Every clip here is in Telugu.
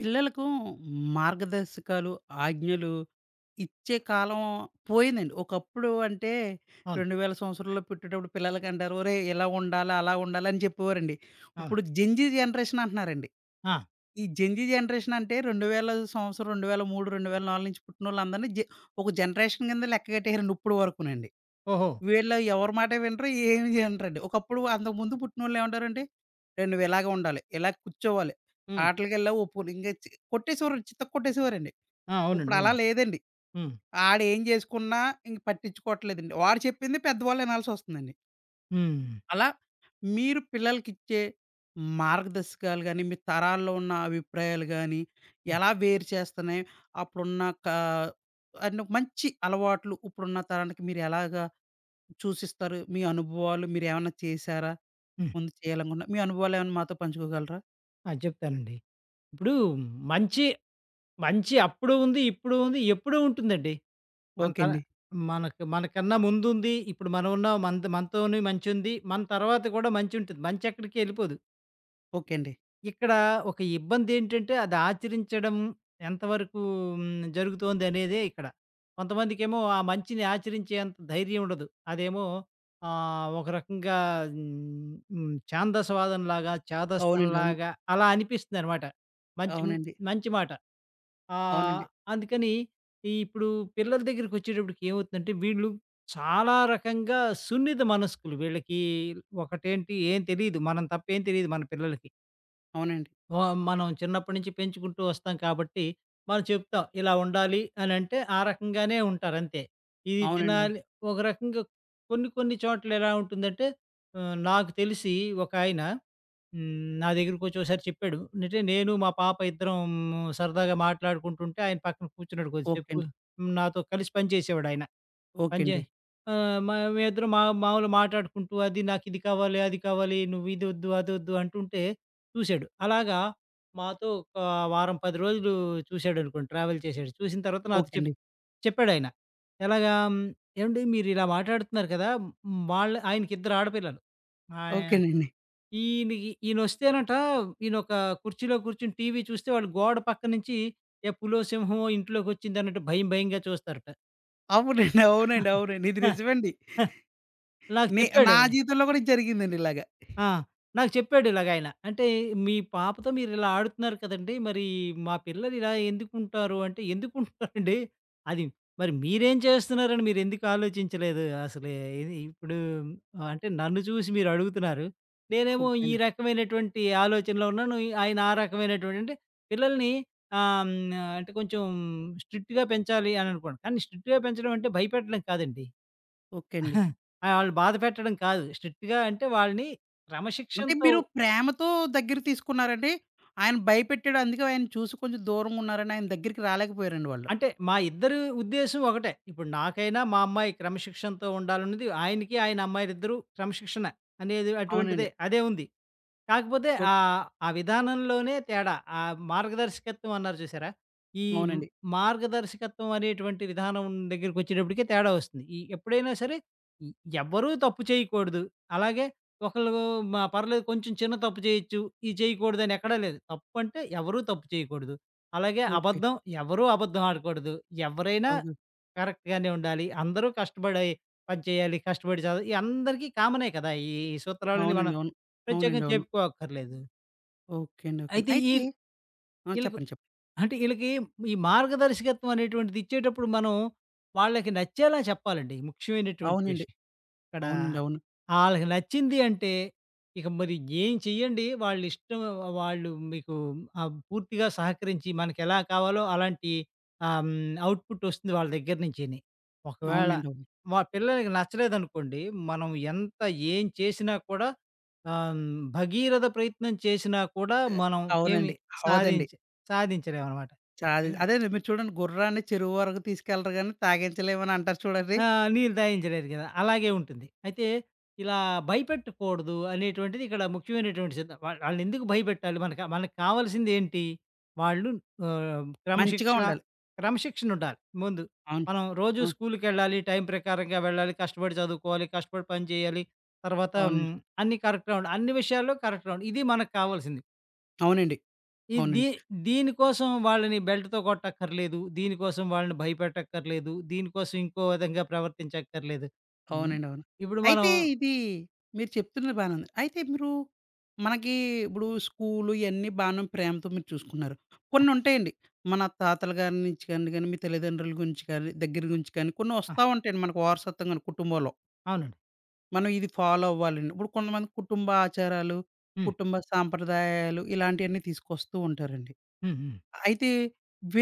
పిల్లలకు మార్గదర్శకాలు, ఆజ్ఞలు ఇచ్చే కాలం పోయిందండి. ఒకప్పుడు అంటే అవును. 2000 సంవత్సరాల్లో పుట్టేటప్పుడు పిల్లలకి అంటారు, "ఒరేయ్! ఇలా ఉండాలి, అలా ఉండాలి" అని చెప్పేవారండి. అవును. ఇప్పుడు జెన్‌జీ జనరేషన్ అంటున్నారండి. ఆ! ఈ జెన్‌జీ జనరేషన్ అంటే 2000 సంవత్సరం 2003, 2004 నుంచి పుట్టినోళ్ళందరిని ఒక జనరేషన్ కింద లెక్క కట్టేసారండి ఇప్పుడు వరకునండి. ఓహో! వీళ్ళు ఎవరి మాట వినరు, ఏమి వినరండి. ఒకప్పుడు అంతకుముందు పుట్టినోళ్ళు ఏమంటారండి, "రేయ్! నువ్వు ఇలాగే ఉండాలి. ఇలా కూర్చోవాలి. హ్మ్. ఆటలకెళ్ళావు ఒప్పుకోను." ఇంక కొట్టేసేవారండి. చితక కొట్టేసేవారండి. ఆ! ఇప్పుడు అవునండి. అలా అవును. లేదండి. హ్మ్. ఆడేం చేసుకున్నా ఇంక పట్టించుకోవట్లేదండి. వాడు చెప్పింది పెద్దవాళ్ళు వినాల్సొస్తుందండి. హ్మ్. అలా మీరు పిల్లలకిచ్చే మార్గదర్శకాలు గాని, మీ తరాల్లో ఉన్న అభిప్రాయాలు గాని, హ్మ్. ఎలా వేరు చేస్తున్నాయి? అప్పుడున్న కా అన్ని మంచి అలవాట్లు ఇప్పుడున్న తరానికి మీరు ఎలాగా చూసిస్తారు. మీ అనుభవాలు మీరేమన్నా చేశారా? హ్మ్. ఇంతకుముందు చేయాలనుకున్నా మీ అనుభవాలేమన్నా మాతో పంచుకోగలరా? ఆ! చెప్తానండి. ఇప్పుడు మంచి, మంచి అప్పుడు ఉంది, ఇప్పుడు ఉంది, ఎప్పుడూ ఉంటుందండి. మన ఓకే తర అండి. మనకన్నా ముందుంది. ఇప్పుడు మనం ఉన్నాం. మనతోని మంచుంది. మన తర్వాత కూడా మంచుంటుంది. మంచెక్కడికి ఎళ్ళిపోదు. ఓకే అండి. ఇక్కడ ఒక ఇబ్బందేంటంటే, అది ఆచరించడం ఎంతవరకు జరుగుతోందనేదే ఇక్కడ. కొంతమందికేమో ఆ మంచిని ఆచరించేంత ధైర్యం ఉండదు. అదేమో ఒక రకంగా హ్మ్, హ్మ్, ఛాందసవాదంలాగా, అవునండి. అవును. చాదస్తంలాగా అలా అనిపిస్తుందనమాట. మంచి అవునండి. మంచి మాట. ఆహ్, అవునండి. అందుకని ఇప్పుడు పిల్లల దగ్గరికొచ్చేటప్పటికి ఏమవుతుందంటే, వీళ్ళు చాలా రకంగా సున్నిత మనస్కులు. వీళ్ళకి ఒకటేంటి ఏం తెలీదు. మనం తప్ప ఏం తెలీదు మన పిల్లలకి. అవునండి. వ మనం చిన్నప్పటి నుంచి పెంచుకుంటూ వస్తాం కాబట్టి, మనం చెప్తాం. ఇలా ఉండాలి అనంటే, ఆ రకంగానే ఉంటారంతే. ఇది అవునండి. అవును. తినాలి. ఒక రకంగా కొన్ని కొన్ని చోట్ల ఎలా ఉంటుందంటే, నాకు తెలిసి ఒకాయన హ్మ్. నా దగ్గరికొచ్చి ఒకసారి చెప్పాడు. అంటే నేను మా పాప ఇద్దరం సరదాగా మాట్లాడుకుంటుంటే, ఆయన పక్కన కూర్చున్నాడు ఓకే కొద్దిసేపు. అండి. నాతో కలిసి పనిచేసేవాడాయన. ఓకే పనిచే అండి. మేమిద్దరం మామూలుగా మాట్లాడుకుంటూ అది నాకిది కావాలి, అది కావాలి, నువ్విది వద్దు, అదొద్దు అంటుంటే చూసాడు. అలాగా మాతో ఒక వారం, 10 రోజులు చూసాడనుకోండి. ట్రావెల్ చేసాడు. చూసిన తర్వాత నాతో ఓకే అండి. చెప్పాడాయన. ఎలాగా "ఏవండీ మీరిలా మాట్లాడుతున్నారు కదా! వాళ్ళ" ఆయనకిద్దరు ఆడపిల్లలు. ఆయ ఓకేనండి. ఈయనకి ఈయనొస్తేనట. ఈయనొక కుర్చీలో కూర్చొని టీవీ చూస్తే వాళ్ళు గోడ పక్క నుంచి ఏ పులో, సింహమో ఇంట్లోకొచ్చిందన్నట్టు భయం భయంగా చూస్తారట. అవునండి. అవునండి. అవునండి. ఇది నిజమండి. నాకు నే నా చెప్పాడు. జీవితంలో కూడా ఇది జరిగిందండి ఇలాగ. ఆ! నాకు చెప్పాడు ఇలాగాయన. అంటే "మీ పాపతో మీరిలా ఆడుతున్నారు కదండీ! మరి మా పిల్లలు ఇలా ఎందుకుంటారు?" అంటే ఎందుకుంటారండి? అది మరి మీరేం చేస్తున్నారని మీరెందుకు ఆలోచించలేదు? అసలు ఇది ఇప్పుడు అంటే నన్ను చూసి మీరడుగుతున్నారు. ఓకే నేనేమో ఈ అండి. రకమైనటువంటి ఆలోచనలో ఉన్నాను. ఆయన ఆ రకమైనటువంటి అంటే పిల్లల్ని ఆహ్, హ్మ్, అంటే కొంచెం స్ట్రిక్ట్‌గా పెంచాలి అననుకోండి. కానీ స్ట్రిక్ట్‌గా పెంచడం అంటే భయపెట్టడం కాదండి. ఓకే అండి. ఆహా! ఆ! వాళ్ళు బాధ పెట్టడం కాదు. స్ట్రిక్ట్‌గా అంటే వాళ్ళని అంటే క్రమశిక్షణతో. మీరు ప్రేమతో దగ్గరికి తీసుకున్నారండి. ఆయన భయపెట్టాడు. అందుకే ఆయన చూసి కొంచెం దూరంగున్నారని ఆయన దగ్గరికి రాలేకపోయారండి వాళ్ళు. అంటే మా ఇద్దరి ఉద్దేశ్యం ఒకటే. ఇప్పుడు నాకైనా మా అమ్మాయి క్రమశిక్షణతో ఉండాలన్నది. ఆయనకి, ఆయన అమ్మాయిలిద్దరూ క్రమశిక్షణ అనేది అటువంటిదే అవునండి. అదే ఉంది. కాకపోతే ఓక్ ఆ విధానంలోనే తేడా. ఆ మార్గదర్శకత్వం అన్నారు చూసారా? ఈ మ్ అవునండి. మార్గదర్శకత్వం అనేటువంటి విధానం దగ్గరికొచ్చేటప్పటికే తేడా వస్తుంది. ఎప్పుడైనా సరే ఎ ఎవ్వరూ తప్పు చేయకూడదు. అలాగే ఒకళ్ళు పర్లేదు కొంచెం చిన్న తప్పు చేయొచ్చు. ఇది చేయకూడదని ఎక్కడా లేదు. తప్పు అంటే ఎవరూ తప్పు చేయకూడదు. అలాగే ఓకే. అబద్ధం ఎవరూ అబద్ధం ఆడకూడదు. ఎవరైనా ఓకే. కరెక్ట్‌గానే ఉండాలి. అందరూ కష్టపడి పని చేయాలి. కష్టపడి చదవ ఈ అందరికీ కామనే కదా! ఈ ఈ సూత్రాలని మనం అవునండి. అవును. ప్రత్యేకంగా అవునండి. అవును. చెప్పుకోక్కర్లేదు. ఓకే అండి. ఓకే అండి. అయితే అయితే ఆ! ఈళ్ళకు చెప్పండి. చెప్పండి. అంటే ఈళ్ళకి ఈ మార్గదర్శకత్వం అనేటువంటిది ఇచ్చేటప్పుడు మనం వాళ్ళకి నచ్చేలా చెప్పాలండి ముఖ్యమైనటువంటి అవునండి. విషయం. అక్కడ అవునండి. అవును. ఆళ్ళకి నచ్చింది అంటే, ఇక మరి ఏం చెయ్యండి. వాళ్ళిష్టం. వాళ్ళు మీకు పూర్తిగా సహకరించి మనకెలా కావాలో అలాంటి అవుట్‌పుట్ వస్తుంది వాళ్ళ దగ్గర నుంచిని. ఒకవేళ అవునండి. అవును. మా పిల్లలకి నచ్చలేదనుకోండి, మనం ఎంత ఏం చేసినా కూడా ఆహ్, హ్మ్, భగీరథ ప్రయత్నం చేసినా కూడా ఆహ్, మనం ఏమి అవునండి. అవ్వదండి. సాధించ సాధించలేమనమాట. అదేనండి మీరు చూడండి గుర్రాన్ని చెరువు వరకు తీసుకెళ్లరు గానీ తాగించలేమని అంటారు చూడండి. ఆ! నీళ్ళు తాగించలేరు గదా! అలాగే ఉంటుంది. అయితే ఇలా భయపెట్టకూడదు అనేటువంటిది ఇక్కడ ముఖ్యమైనటువంటి సిద్ధం. ఆళ్ళనెందుకు భయపెట్టాలి? మనకు కావాల్సిందేంటి? వాళ్ళు ఆహ్, మంచిగా క్రమశిక్షణ ఉండాలి. క్రమశిక్షణుండాలి ముందు. అవును. మనం రోజు అవును. స్కూలుకెళ్ళాలి, టైం ప్రకారంగా వెళ్ళాలి, కష్టపడి చదువుకోవాలి, కష్టపడి పని చేయాలి. తర్వాత అవునండి. అన్నీ కరెక్ట్‌గా ఉండాలి. అన్ని విషయాల్లో కరెక్ట్‌గా ఉండాలి. ఇది మనకు కావాల్సింది. అవునండి. ఈ దీ అవునండి. దీనికోసం వాళ్ళని బెల్ట్‌తో కొట్టక్కర్లేదు. దీనికోసం వాళ్ళని భయపెట్టక్కర్లేదు. దీనికోసం ఇంకో విధంగా ప్రవర్తించక్కర్లేదు. హ్మ్. అవునండి. అవును. ఇప్పుడు మనం. అయితే ఇది మీరు చెప్తున్నది బానే ఉంది. అయితే మీరు మనకి ఇప్పుడు స్కూలు ఇయన్నీ బానే ప్రేమతో మీరు చూసుకున్నారు. కొన్నుంటాయండి. మన తాతల గారి నుంచి కాని, గాని మీ తల్లిదండ్రుల గురించి కానీ, దగ్గర గురించి కానీ కొన్ని ఆ! వస్తా ఉంటాయండి మనకు వారసత్వంగాను కుటుంబంలో. అవునండి. మనం ఇది ఫాలో అవ్వాలని. ఇప్పుడు కొంతమంది కుటుంబ ఆచారాలు, హ్మ్. కుటుంబ సాంప్రదాయాలు ఇలాంటియన్నీ తీసుకొస్తూ ఉంటారండి. హ్మ్. హ్మ్. అయితే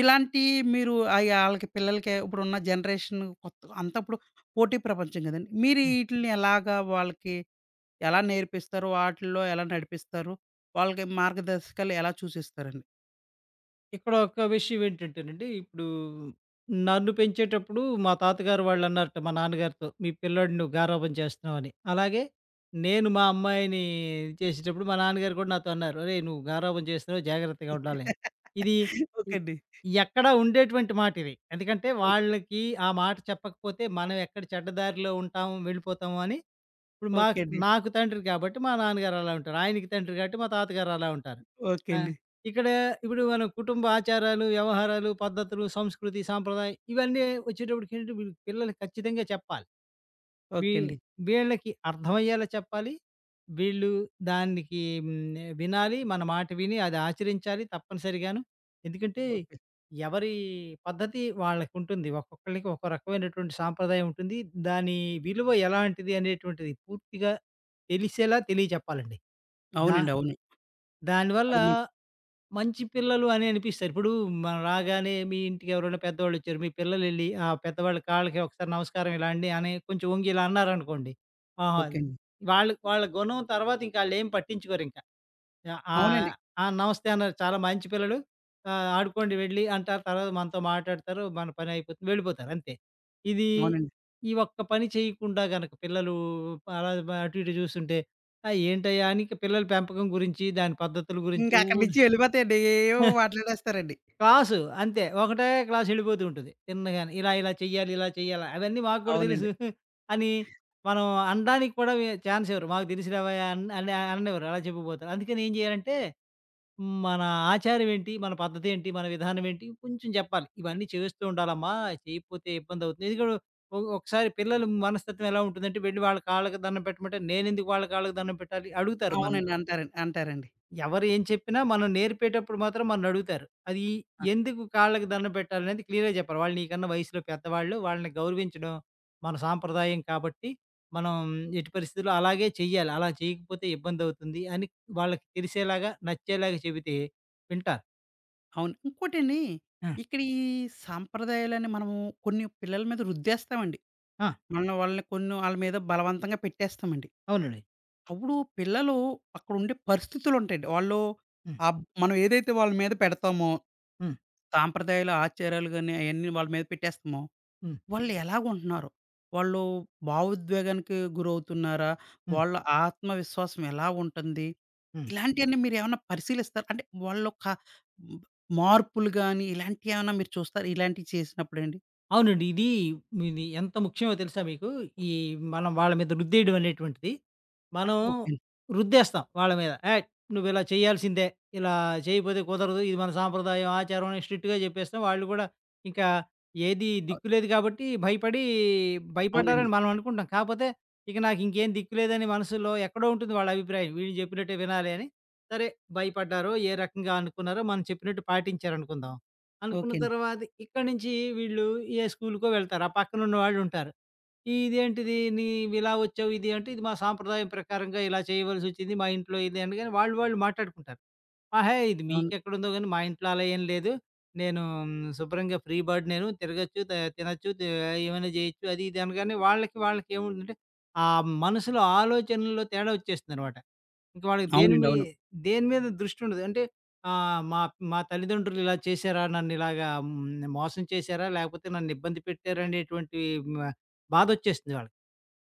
ఇలాంటి మీరు అయి ఆళ్ళకి పిల్లలకి ఇప్పుడున్న జనరేషన్ కొత్త అంతా ఇప్పుడు పోటీ ప్రపంచం గదండీ. మీరు ఈటిల్ని ఎలాగా వాళ్ళకి ఎలా నేర్పిస్తారు? వాటిల్లో ఎలా నడిపిస్తారు? వాళ్ళకి మార్గదర్శకాలు ఎలా సూచిస్తారండి? ఇక్కడ ఒక విషయం ఏంటంటేనండి, ఇప్పుడు నన్ను పెంచేటప్పుడు మా తాతగారు వాళ్ళన్నారట మా నాన్నగారితో, "మీ పిల్లాడిని నువ్వు గారాబం చేస్తున్నావని." అలాగే నేను మా అమ్మాయిని చేసేటప్పుడు మా నాన్నగారు కూడా నాతో అన్నారు, "ఒరేయ్! నువ్వు గారాబం చేస్తున్నావు జాగ్రత్తగా ఉండాలి." ఇది ఓకే ఇ అండి. ఎక్కడా ఉండేటువంటి మాట ఇది. ఎందుకంటే ఓ వాళ్ళకి ఆ మాట చెప్పకపోతే మనం ఎక్కడ చెడ్డ దారిలో ఉంటాము, వెళ్ళిపోతాము అని ఇప్పుడు ఓకే అండి. నాకు తండ్రి కాబట్టి మా నాన్నగారు అలా ఉంటారు. ఆయనకి తండ్రి కాబట్టి మా తాతగారు అలా ఉంటారు. ఓకే ఆ! అండి. ఇక్కడ ఇప్పుడు మనం కుటుంబ ఆచారాలు, వ్యవహారాలు, పద్ధతులు, సంస్కృతి, సాంప్రదాయం ఇవన్నీ వచ్చేటప్పటికేంటంటే వీళ్ళకి పిల్లలకి ఖచ్చితంగా చెప్పాలి. వీ ఓకే అండి. వీళ్ళకి అర్థమయ్యేలా చెప్పాలి. వీళ్ళు దానికి వినాలి. మన మాట విని అది ఆచరించాలి తప్పనిసరిగాను. ఎందుకంటే ఓకే. ఎవరి పద్ధతి వాళ్ళకుంటుంది. ఒక్కొక్కళ్ళకి ఒక్కో రకమైనటువంటి సాంప్రదాయం ఉంటుంది. దాని విలువ ఎలాంటిది అనేటువంటిది పూర్తిగా తెలిసేలా తెలియచెప్పాలండి. దా అవునండి. అవును. దానివల్ల అది మంచి మంచి పిల్లలు అని అనిపిస్తారు. ఇప్పుడు మనం రాగానే మీ ఇంటికి ఎవరైనా పెద్దవాళ్ళొచ్చారు. మీ పిల్లలెళ్లి ఆ పెద్దవాళ్ళ కాళ్ళకి ఒకసారి నమస్కారం ఇలా అండి అని కొంచెం వంగి ఇలా అన్నారనుకోండి. ఆహా! ఓకే అండి. వాళ్ళు వాళ్ళ గుణం తర్వాత ఇంక ఆళ్ళేం పట్టించుకోరింక. ఆహ్, ఆహ్, అవునండి. ఆ! ఆ నమస్తే అన్నారు. చాలా మంచి పిల్లలు. ఆహ్, ఆడుకోండి వెళ్ళి అంటారు. తర్వాత మనతో మాట్లాడతారు. మన పని అయిపోతుంది. వెళ్ళిపోతారు అంతే. ఇది అవునండి. ఈ ఒక్క పని చేయకుండా గనక పిల్లలు అలా అటు ఇటు చూస్తుంటే, ఆ! ఏంటయ్యా అని ఇక పిల్లల పెంపకం గురించి, దాని పద్ధతుల ఇంక గురించి అక్కడి ఊరు నుంచి వెళ్ళిపోతాయండి. ఏవేవో మాట్లాడేస్తారండి. క్లాసు అంతే. ఒకటే క్లాస్ వెళ్ళిపోతూ ఉంటుంది. తిన్నగానే ఇలా, ఇలా చెయ్యాలి, ఇలా చెయ్యాలి అవన్నీ మాకు కూడా అవునండి. తెలుసు అని మనం అనడానికి కూడా ఛాన్స్ ఇవ్వరు. మాకు తెలుసులేవయ్యా అని అననివ్వరు. అలా చెప్పిపోతారు. అందుకని ఏం చేయాలంటే మన ఆచారం ఏంటి? మన పద్ధతి ఏంటి? మన విధానం ఏంటి? కొంచెం చెప్పాలి. ఇవన్నీ చేస్తూ ఉండాలమ్మా. చేయకపోతే ఇబ్బంది అవుతుంది. ఇది కూడా ఒకసారి పిల్లల మనస్తత్వం ఎలా ఉంటుందంటే వెళ్ళి వాళ్ళ కాళ్ళకి దండం పెట్టమంటే నేనెందుకు వాళ్ళ కాళ్ళకి దండం పెట్టాలి? అడుగుతారు మనల్ని. అవునండి. అంటారండి. అంటారండి. ఎవరు ఏం చెప్పినా మనం నేర్పేటప్పుడు మాత్రం మన్నడుగుతారు. అది ఎందుకు కాళ్ళకి దండం పెట్టాలనేది క్లియర్‌గా చెప్పాలి. వాళ్ళు నీకన్నా వయసులో పెద్దవాళ్ళు. వాళ్ళని గౌరవించడం మన సాంప్రదాయం కాబట్టి, మనం ఎట్టి పరిస్థితుల్లో అలాగే చెయ్యాలి. అలా చేయకపోతే ఇబ్బందవుతుంది అని వాళ్ళకి తెలిసేలాగా, నచ్చేలాగా చెబితే వింటారు. అవును. ఇంకోటండి ఆ! ఇక్కడ ఈ సాంప్రదాయాలని మనము కొన్ని పిల్లల మీద రుద్దేస్తామండి. ఆ! మనం వాళ్ళని కొన్ని ఆళ్ళ మీద బలవంతంగా పెట్టేస్తామండి. అవునండి. అప్పుడు పిల్లలు అక్కడుండే పరిస్థితులుంటాయండి. వాళ్ళు హ్మ్. మనం ఏదైతే వాళ్ళ మీద పెడతామో హ్మ్. సాంప్రదాయాలు, ఆచారాలు గాని అయన్నీ వాళ్ళ మీద పెట్టేస్తామో హ్మ్. వాళ్ళు ఎలాగుంటున్నారు? వాళ్ళు భావోద్వేగానికి గురవుతున్నారా? హ్మ్. వాళ్ళ ఆత్మవిశ్వాసం ఎలా ఉంటుంది? హ్మ్. ఇలాంటియన్నీ మీరేమన్నా పరిశీలిస్తారా? అంటే హ్మ్, మార్పులు గాని ఇలాంటియేమన్నా మీరు చూస్తారా ఇలాంటివి చేసినప్పుడండి? అవునండి. ఇది ఇది ఎంత ముఖ్యమో తెలుసా మీకు? ఈ మనం వాళ్ళ మీద రుద్దేయడం అనేటువంటిది. మనం ఓకే అండి. రుద్దేస్తాం వాళ్ళ మీద. "ఏయ్! నువ్విలా చేయాల్సిందే. ఇలా చేయకపోతే కుదరదు. ఇది మన సాంప్రదాయం, ఆచారం" అని స్ట్రిక్ట్‌గా చెప్పేస్తాం. వాళ్ళు కూడా ఇంకా ఏది అ దిక్కు లేదు కాబట్టి భయపడి అవునండి. భయపడ్డారని మనం అనుకుంటాం. కాపోతే ఇక నాకింకేం దిక్కు లేదని మనసులో ఎక్కడో ఉంటుంది వాళ్ళ అభిప్రాయం. వీళ్ళు చెప్పినట్టే వినాలి అని. సరే భయపడ్డారో, ఏ రకంగా అనుకున్నారో, మనం చెప్పినట్టు పాటించారనుకుందాం. అనుకున్న ఓకే అండి. తర్వాత ఇక్కడి నుంచి వీళ్ళు ఏ స్కూలుకో వెళ్తారు. ఆ పక్కనున్న వాళ్ళుంటారు. "ఇదేంటిది నీవిలా వచ్చావు ఇది" అంటే, "ఇది మా సాంప్రదాయం ప్రకారంగా ఇలా చేయవలసొచ్చింది. మా ఇంట్లో ఇది" అనగానే వాళ్ళు వాళ్ళు మాట్లాడుకుంటారు. "ఆహా! ఇది అవును. మీకెక్కడుందో గానీ మా ఇంట్లో అలా ఏం లేదు. నేను మ్, శుభ్రంగా ఫ్రీ బర్డ్ నేను. తిరగొచ్చు, తినొచ్చు, తే ఏమైనా జేయొచ్చు" అది ఇది అనగానే వాళ్ళకి వాళ్ళకి ఏముందంటే, ఆ మనసులో ఆలోచనల్లో తేడా వచ్చేస్తుందనమాట. ఇంక వాళ్ళకి అవునండి. అవును. దేని మీద దృష్టి ఉండదు. అంటే మా మా తల్లిదండ్రులు ఇలా చేశారా? నన్నిలాగా మోసం చేశారా? లేకపోతే నన్నిబ్బంది పెట్టారనేటువంటి మ బాధొచ్చేస్తుంది వాళ్ళకి.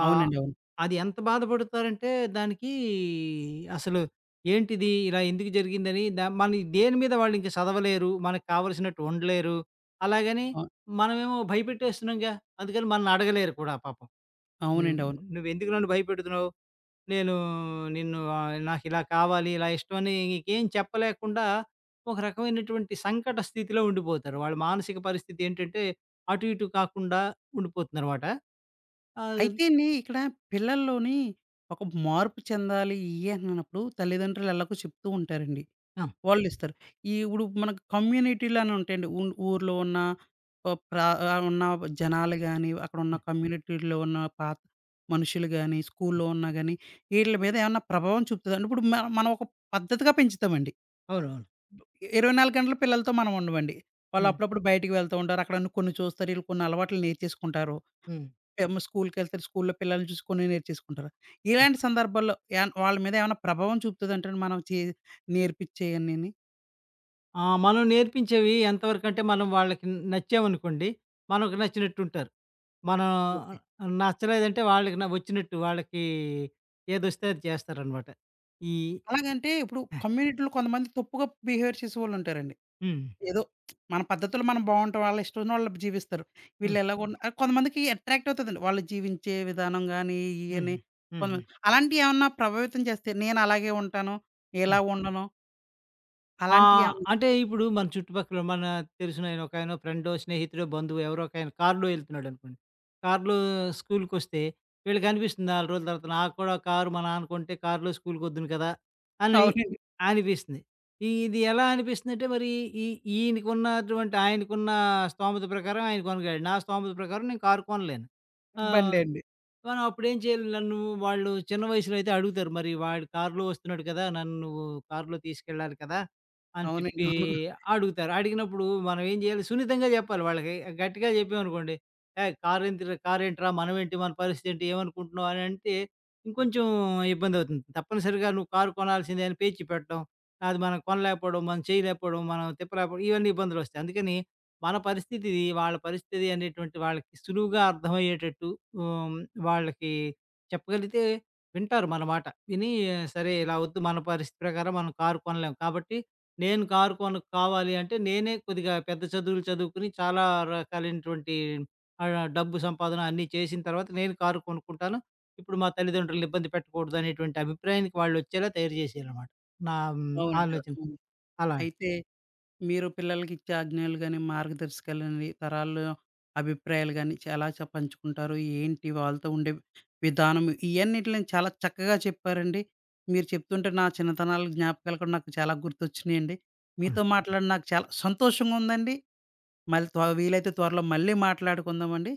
ఆహ్, అవునండి. అవును. అది ఎంత బాధపడతారంటే దానికి అసలు ఏంటిది? ఇలా ఎందుకు జరిగిందని మన దేని మీద వాళ్ళింక చదవలేరు. మనకు కావాల్సినట్టు ఉండలేరు. అలాగని అ మనమేమో భయపెట్టేస్తున్నాంగా. అందుకని మనల్ని అడగలేరు కూడా పాపం. "ను అవునండి. అవును. నువ్వెందుకు నన్ను భయపెడుతున్నావు?" నేను నిన్ను నాకిలా కావాలి, ఇలా ఇష్టం అని ఇంకేం చెప్పలేకుండా ఒక రకమైనటువంటి సంకట స్థితిలో ఉండిపోతారు. వాళ్ళ మానసిక పరిస్థితి ఏంటంటే అటు ఇటు కాకుండా ఉండిపోతుందనమాట. ఆహ్, అయితే అండి ఇక్కడ పిల్లల్లోని ఒక మార్పు చెందాలి ఇయ్యి అంటున్నప్పుడు తల్లిదండ్రులు ఎలాగో చెప్తూ ఉంటారండి. ఆ! వాళ్ళు ఇస్తారు. ఈ ఇప్పుడు మనకు కమ్యూనిటీలు అని ఉంటాయండి. ఊర్లో ఉన్న ఆహ్, ప్రా ఉన్న జనాలు గాని, అక్కడ ఉన్న హ్మ్. కమ్యూనిటీలో ఉన్న పాత మనుషులు గాని, హ్మ్. స్కూల్లో ఉన్నా గాని, ఈట్ల మీద ఏమన్నా ప్రభావం చూపుతదా? ఇప్పుడు మనం ఒక పద్ధతిగా పెంచుతామండి. అవునవును. 24 గంటలు పిల్లలతో మనం ఉండమండి. వాళ్ళు హ్మ్. అప్పుడప్పుడు బయటికి వెళ్తూ ఉంటారు. అక్కడ కొన్ని చూస్తారు. ఈళ్ళు కొన్ని అలవాట్లు నేర్చేసుకుంటారు. హ్మ్. ఏమో స్కూల్‌కెళ్తారు. స్కూల్‌లో పిల్లల్ని చూసి కొన్ని నేర్చేసుకుంటారు. హ్మ్. ఇలాంటి సందర్భాల్లో వాళ్ళ మీద ఏమైనా ప్రభావం చూపుతదంటారా మనం చే నేర్పిచ్చేయన్నీని? ఆ! మనం నేర్పించేవి ఎంతవరకంటే మనం వాళ్ళకి నచ్చామనుకోండి, మనకు నచ్చినట్టుంటారు. మనం ఓకే. నచ్చలేదంటే వాళ్ళకి వచ్చినట్టు వాళ్ళకి ఏదొస్తే అది చేస్తారనమాట. ఈ అలాగంటే ఇప్పుడు కమ్యూనిటీలో కొంతమంది తప్పుగా బిహేవియర్ చేసేవాళ్ళుంటారండి. హ్మ్. ఏదో మన పద్ధతులు మనం బావుంటాం. వాళ్ళ ఇష్టం వాళ్ళు జీవిస్తారు. వీళ్ళు హ్మ్. ఎలాగున్న కొంతమందికి అట్రాక్ట్ అవుతదండి. వాళ్ళు జీవించే విధానం గాని, ఇయని హ్మ్. హ్మ్. హ్మ్. కొంతమంది అలాంటియి ఏమన్నా ప్రభావితం చేస్తే నేను అలాగే ఉంటాను. ఇలా ఉండను. ఆ! అలాంటియేమన్నా అంటే ఇప్పుడు మన చుట్టుపక్కల మన తెలిసినాయన ఒకాయనో, ఫ్రెండో, స్నేహితుడో, బంధువో ఎవరో ఒకాయన కారులో ఎళ్తున్నాడనుకోండి. కారులో స్కూలుకొస్తే వీళ్ళకనిపిస్తుంది 4 రోజుల తర్వాత నాకు కూడా కారు మా నాన్న కొంటే కారులో స్కూలుకొద్దును కదా! అని అవునండి. అనిపిస్తుంది. ఇది ఎలా అనిపిస్తుందంటే మరి ఈ ఈయనకున్నటువంటి ఆయనకున్న స్తోమత ప్రకారం ఆయన కొనగలడు. నా స్తోమత ప్రకారం నేను కారు కొనలేను. ఆ! బండే అండి. మనం అప్పుడేం చేయాలి? నన్ను వాళ్ళు చిన్న వయసులో అయితే అడుగుతారు. మరి వాడు కారులో వస్తున్నాడు కదా! నన్ను నువ్వు కారులో తీసుకెళ్ళాలి కదా! అని అవునండి. చెప్పి అవును. అడుగుతారు. అడిగినప్పుడు మనం ఏం చేయాలి? సున్నితంగా చెప్పాలి వాళ్ళకి. గట్టిగా చెప్పామనుకోండి, "ఏయ్! కారేంతిరా కారేంట్రా? మనమేంటి? మన పరిస్థితేంటి? ఏమనుకుంటున్నావు?" అని అంటే ఇంకొంచెం ఇబ్బందవుతుంది. తప్పనిసరిగా నువ్వు కారు కొనాల్సిందే అని పేచి పెట్టడం, అది మనం కొనలేకపోవడం, మనం చేయలేకపోవడం, మనం తిప్పలేకపోవడం ఇవన్నీ ఇబ్బందులొస్తాయి. అందుకని మన పరిస్థితి ఇది, వాళ్ళ పరిస్థితి అనేటువంటి వాళ్ళకి సులువుగా అర్థమయ్యేటట్టు ఆహ్, వాళ్ళకి చెప్పగలిగితే వింటారు మన మాట. విని సరే ఇలా వద్దు మన పరిస్థితి ప్రకారం మనం కారు కొనలేం. కాబట్టి నేను కారు కొను కావాలి అంటే నేనే కొద్దిగా పెద్ద చదువులు చదువుకొని చాలా రకాలైనటువంటి డబ్బు సంపాదన అన్నీ చేసిన తర్వాత నేను కారు కొనుక్కుంటాను. ఇప్పుడు మా తల్లిదండ్రులని ఇబ్బంది పెట్టకూడదు అనేటువంటి అభిప్రాయానికి వాళ్ళొచ్చేలా తయారు చేసేయాలన్నమాట. నా అవునండి. ఆలోచన అవును. అలా. అయితే మీరు పిల్లలకిచ్చే ఆజ్ఞలు గాని, మార్గదర్శకాలని, తరాల్లో అభిప్రాయాలు గాని, ఎలా పంచుకుంటారు? ఏంటి వాళ్ళతో ఉండే విధానం? ఇయన్నిటిని చాలా చక్కగా చెప్పారండి. మీరు చెప్తుంటే నా చిన్నతనాల జ్ఞాపకాలు కూడా నాకు చాలా గుర్తొచ్చినియండి. అవును. మీతో మాట్లాడి నాకు చాలా సంతోషంగా ఉందండి. మళ్ళీ వీలైతే త్వరలో మళ్ళీ మాట్లాడుకుందామండి.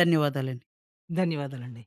ధన్యవాదాలండి. ధన్యవాదాలండి.